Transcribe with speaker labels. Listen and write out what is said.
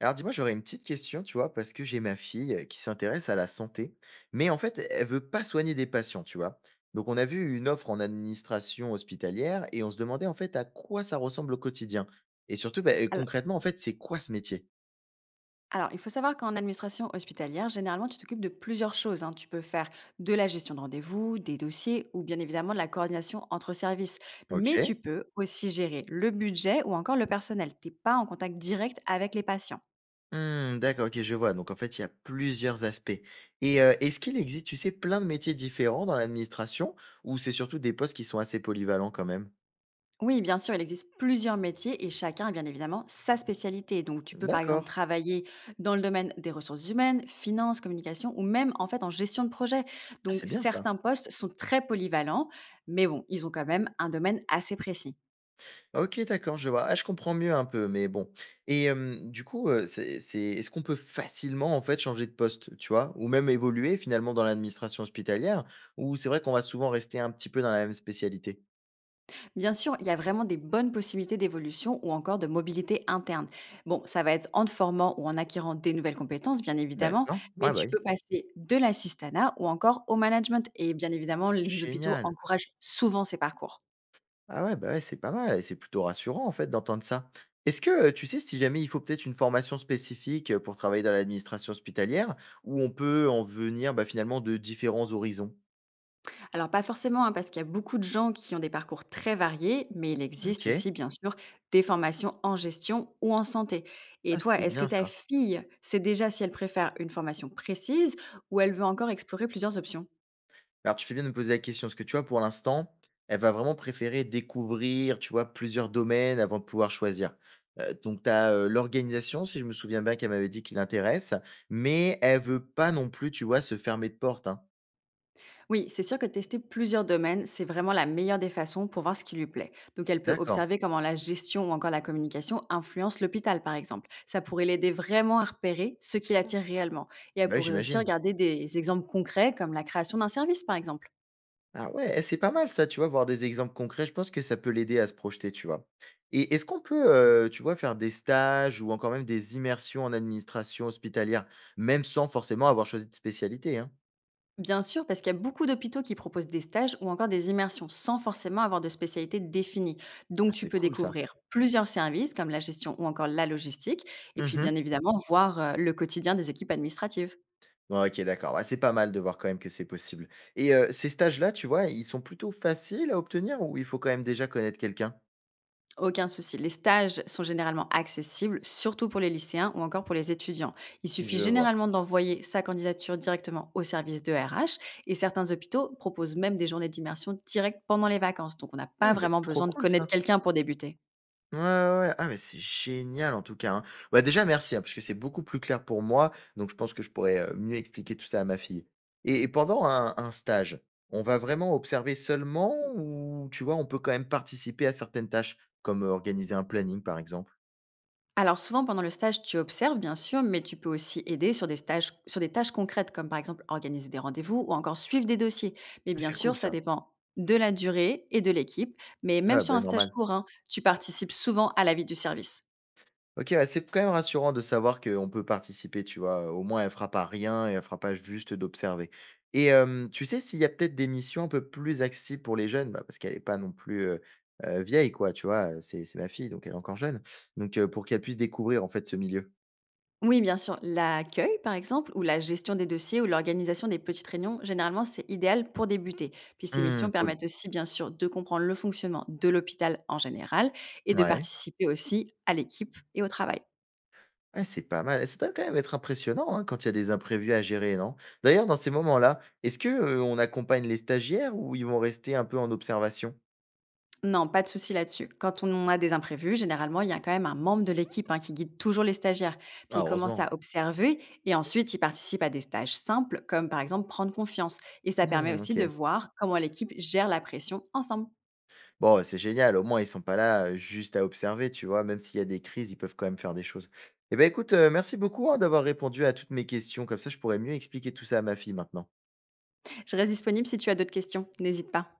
Speaker 1: Alors dis-moi, j'aurais une petite question, tu vois, parce que j'ai ma fille qui s'intéresse à la santé, mais en fait, elle veut pas soigner des patients, tu vois. Donc on a vu une offre en administration hospitalière et on se demandait en fait à quoi ça ressemble au quotidien. Et surtout, bah,
Speaker 2: Al
Speaker 1: concrètement, en fait, c'est quoi ce métier?
Speaker 2: Alors, il faut savoir qu'en administration hospitalière, généralement, tu t'occupes de plusieurs choses, hein. Tu peux faire de la gestion de rendez-vous, des dossiers ou bien évidemment de la coordination entre services. Mais tu
Speaker 1: Ok.
Speaker 2: peux aussi gérer le budget ou encore le personnel. Tu es pas en contact direct avec les patients.
Speaker 1: Hmm, d'accord, ok, je vois. Donc en fait, il y a plusieurs aspects. Et est-ce qu'il existe, tu sais, plein de métiers différents dans l'administration ou c'est surtout des postes qui sont assez polyvalents quand même?
Speaker 2: Oui, bien sûr, il existe plusieurs métiers et chacun a bien évidemment sa spécialité. Donc, tu peux par exemple
Speaker 1: D'accord.
Speaker 2: travailler dans le domaine des ressources humaines, finances, communication ou même en fait en gestion de projet.
Speaker 1: Ah,
Speaker 2: Donc,
Speaker 1: c'est bien ça.
Speaker 2: certains postes sont très polyvalents, mais bon, ils ont quand même un domaine assez précis.
Speaker 1: OK, d'accord, je vois. Ah, je comprends mieux un peu, mais bon. Et du coup, c'est est-ce qu'on peut facilement, en fait, changer de poste, tu vois? Ou même évoluer finalement dans l'administration hospitalière? Ou c'est vrai qu'on va souvent rester un petit peu dans la même spécialité?
Speaker 2: Bien sûr, il y a vraiment des bonnes possibilités d'évolution ou encore de mobilité interne. Bon, ça va être en te formant ou en acquérant des nouvelles compétences, bien évidemment,
Speaker 1: D'accord.
Speaker 2: mais
Speaker 1: Ouais, bah,
Speaker 2: tu
Speaker 1: oui.
Speaker 2: peux passer de l'assistanat ou encore au management. Et bien évidemment, les hôpitaux
Speaker 1: Génial.
Speaker 2: encouragent souvent ces parcours.
Speaker 1: Ah ouais, bah, ouais, c'est pas mal et c'est plutôt rassurant, en fait, d'entendre ça. Est-ce que, tu sais si jamais il faut peut-être une formation spécifique, pour travailler dans l'administration hospitalière? Ou on peut en venir, bah, finalement de différents horizons?
Speaker 2: Alors pas forcément, hein, parce qu'il y a beaucoup de gens qui ont des parcours très variés, mais il existe
Speaker 1: OK.
Speaker 2: aussi, bien sûr, des formations en gestion ou en santé. Et
Speaker 1: Ah,
Speaker 2: toi,
Speaker 1: c'est
Speaker 2: est-ce que
Speaker 1: bien
Speaker 2: ta
Speaker 1: ça.
Speaker 2: fille sait déjà si elle préfère une formation précise ou elle veut encore explorer plusieurs options?
Speaker 1: Alors, tu fais bien de me poser la question, parce que tu vois, pour l'instant, elle va vraiment préférer découvrir, tu vois, plusieurs domaines avant de pouvoir choisir. Donc tu as, l'organisation, si je me souviens bien, qu'elle m'avait dit qu'il l'intéresse, mais elle veut pas non plus, tu vois, se fermer de porte, hein.
Speaker 2: Oui, c'est sûr que tester plusieurs domaines, c'est vraiment la meilleure des façons pour voir ce qui lui plaît. Donc elle peut
Speaker 1: D'accord.
Speaker 2: observer comment la gestion ou encore la communication influence l'hôpital, par exemple. Ça pourrait l'aider vraiment à repérer ce qui l'attire réellement. Et elle
Speaker 1: Bah, oui,
Speaker 2: pourrait aussi
Speaker 1: j'imagine.
Speaker 2: regarder des exemples concrets comme la création d'un service, par exemple.
Speaker 1: Ah ouais, eh, c'est pas mal ça, tu vois, voir des exemples concrets, je pense que ça peut l'aider à se projeter, tu vois? Et est-ce qu'on peut, tu vois, faire des stages ou encore même des immersions en administration hospitalière, même sans forcément avoir choisi de spécialité, hein?
Speaker 2: Bien sûr, parce qu'il y a beaucoup d'hôpitaux qui proposent des stages ou encore des immersions sans forcément avoir de spécialité définie. Donc
Speaker 1: Ouais,
Speaker 2: tu
Speaker 1: c'est
Speaker 2: peux
Speaker 1: cool ça.
Speaker 2: découvrir plusieurs services comme la gestion ou encore la logistique et puis
Speaker 1: Mmh.
Speaker 2: bien évidemment voir le quotidien des équipes administratives.
Speaker 1: Ouais, OK, d'accord. Ouais, c'est pas mal de voir quand même que c'est possible et ces stages-là, tu vois, ils sont plutôt faciles à obtenir ou il faut quand même déjà connaître quelqu'un?
Speaker 2: Aucun souci, les stages sont généralement accessibles, surtout pour les lycéens ou encore pour les étudiants. Il suffit
Speaker 1: Je vois.
Speaker 2: généralement d'envoyer sa candidature directement au service de RH et certains hôpitaux proposent même des journées d'immersion directes pendant les vacances. Donc on n'a pas
Speaker 1: Eh mais
Speaker 2: vraiment
Speaker 1: c'est trop
Speaker 2: besoin de
Speaker 1: cool
Speaker 2: connaître
Speaker 1: ça!
Speaker 2: quelqu'un pour débuter.
Speaker 1: Ouais, ouais, ouais. Ah mais c'est génial en tout cas, hein. Bah, déjà merci, hein, parce que c'est beaucoup plus clair pour moi, donc je pense que je pourrais, mieux expliquer tout ça à ma fille et pendant un stage, on va vraiment observer seulement ou tu vois, on peut quand même participer à certaines tâches, comme, organiser un planning par exemple?
Speaker 2: Alors souvent pendant le stage, tu observes bien sûr, mais tu peux aussi aider sur des stages, sur des tâches concrètes comme par exemple organiser des rendez-vous ou encore suivre des dossiers. Mais
Speaker 1: Ah,
Speaker 2: bien
Speaker 1: c'est
Speaker 2: sûr,
Speaker 1: cool
Speaker 2: ça
Speaker 1: ça.
Speaker 2: dépend de la durée et de l'équipe. Mais même
Speaker 1: Ouais,
Speaker 2: sur un
Speaker 1: bah,
Speaker 2: stage
Speaker 1: normal.
Speaker 2: court, hein, tu participes souvent à la vie du service.
Speaker 1: OK, ouais, c'est quand même rassurant de savoir qu'on peut participer, tu vois? Au moins elle fera pas rien et elle fera pas juste d'observer et tu sais s'il y a peut-être des missions un peu plus accessibles pour les jeunes? Bah, parce qu'elle est pas non plus, vieille quoi, tu vois? C'est ma fille donc elle est encore jeune donc pour qu'elle puisse découvrir en fait ce milieu.
Speaker 2: Oui, bien sûr. L'accueil, par exemple, ou la gestion des dossiers, ou l'organisation des petites réunions, généralement, c'est idéal pour débuter. Puis ces missions
Speaker 1: Mmh, cool.
Speaker 2: permettent aussi, bien sûr, de comprendre le fonctionnement de l'hôpital en général et de
Speaker 1: Ouais.
Speaker 2: participer aussi à l'équipe et au travail.
Speaker 1: Ouais, c'est pas mal ça doit quand même être impressionnant, hein, quand il y a des imprévus à gérer, non? D'ailleurs dans ces moments-là, est-ce que, on accompagne les stagiaires ou ils vont rester un peu en observation?
Speaker 2: Non, pas de souci là-dessus. Quand on a des imprévus, généralement, il y a quand même un membre de l'équipe hein, qui guide toujours les stagiaires. Puis
Speaker 1: Ah
Speaker 2: il commence
Speaker 1: heureusement.
Speaker 2: à observer et ensuite il participe à des stages simples, comme par exemple prendre confiance. Et ça permet
Speaker 1: Mmh,
Speaker 2: aussi de
Speaker 1: OK.
Speaker 2: voir comment l'équipe gère la pression ensemble.
Speaker 1: Bon, ouais, c'est génial, au moins ils sont pas là, juste à observer, tu vois? Même s'il y a des crises, ils peuvent quand même faire des choses. Eh ben, écoute, merci beaucoup, hein, d'avoir répondu à toutes mes questions. Comme ça, je pourrais mieux expliquer tout ça à ma fille maintenant.
Speaker 2: Je reste disponible si tu as d'autres questions, n'hésite pas.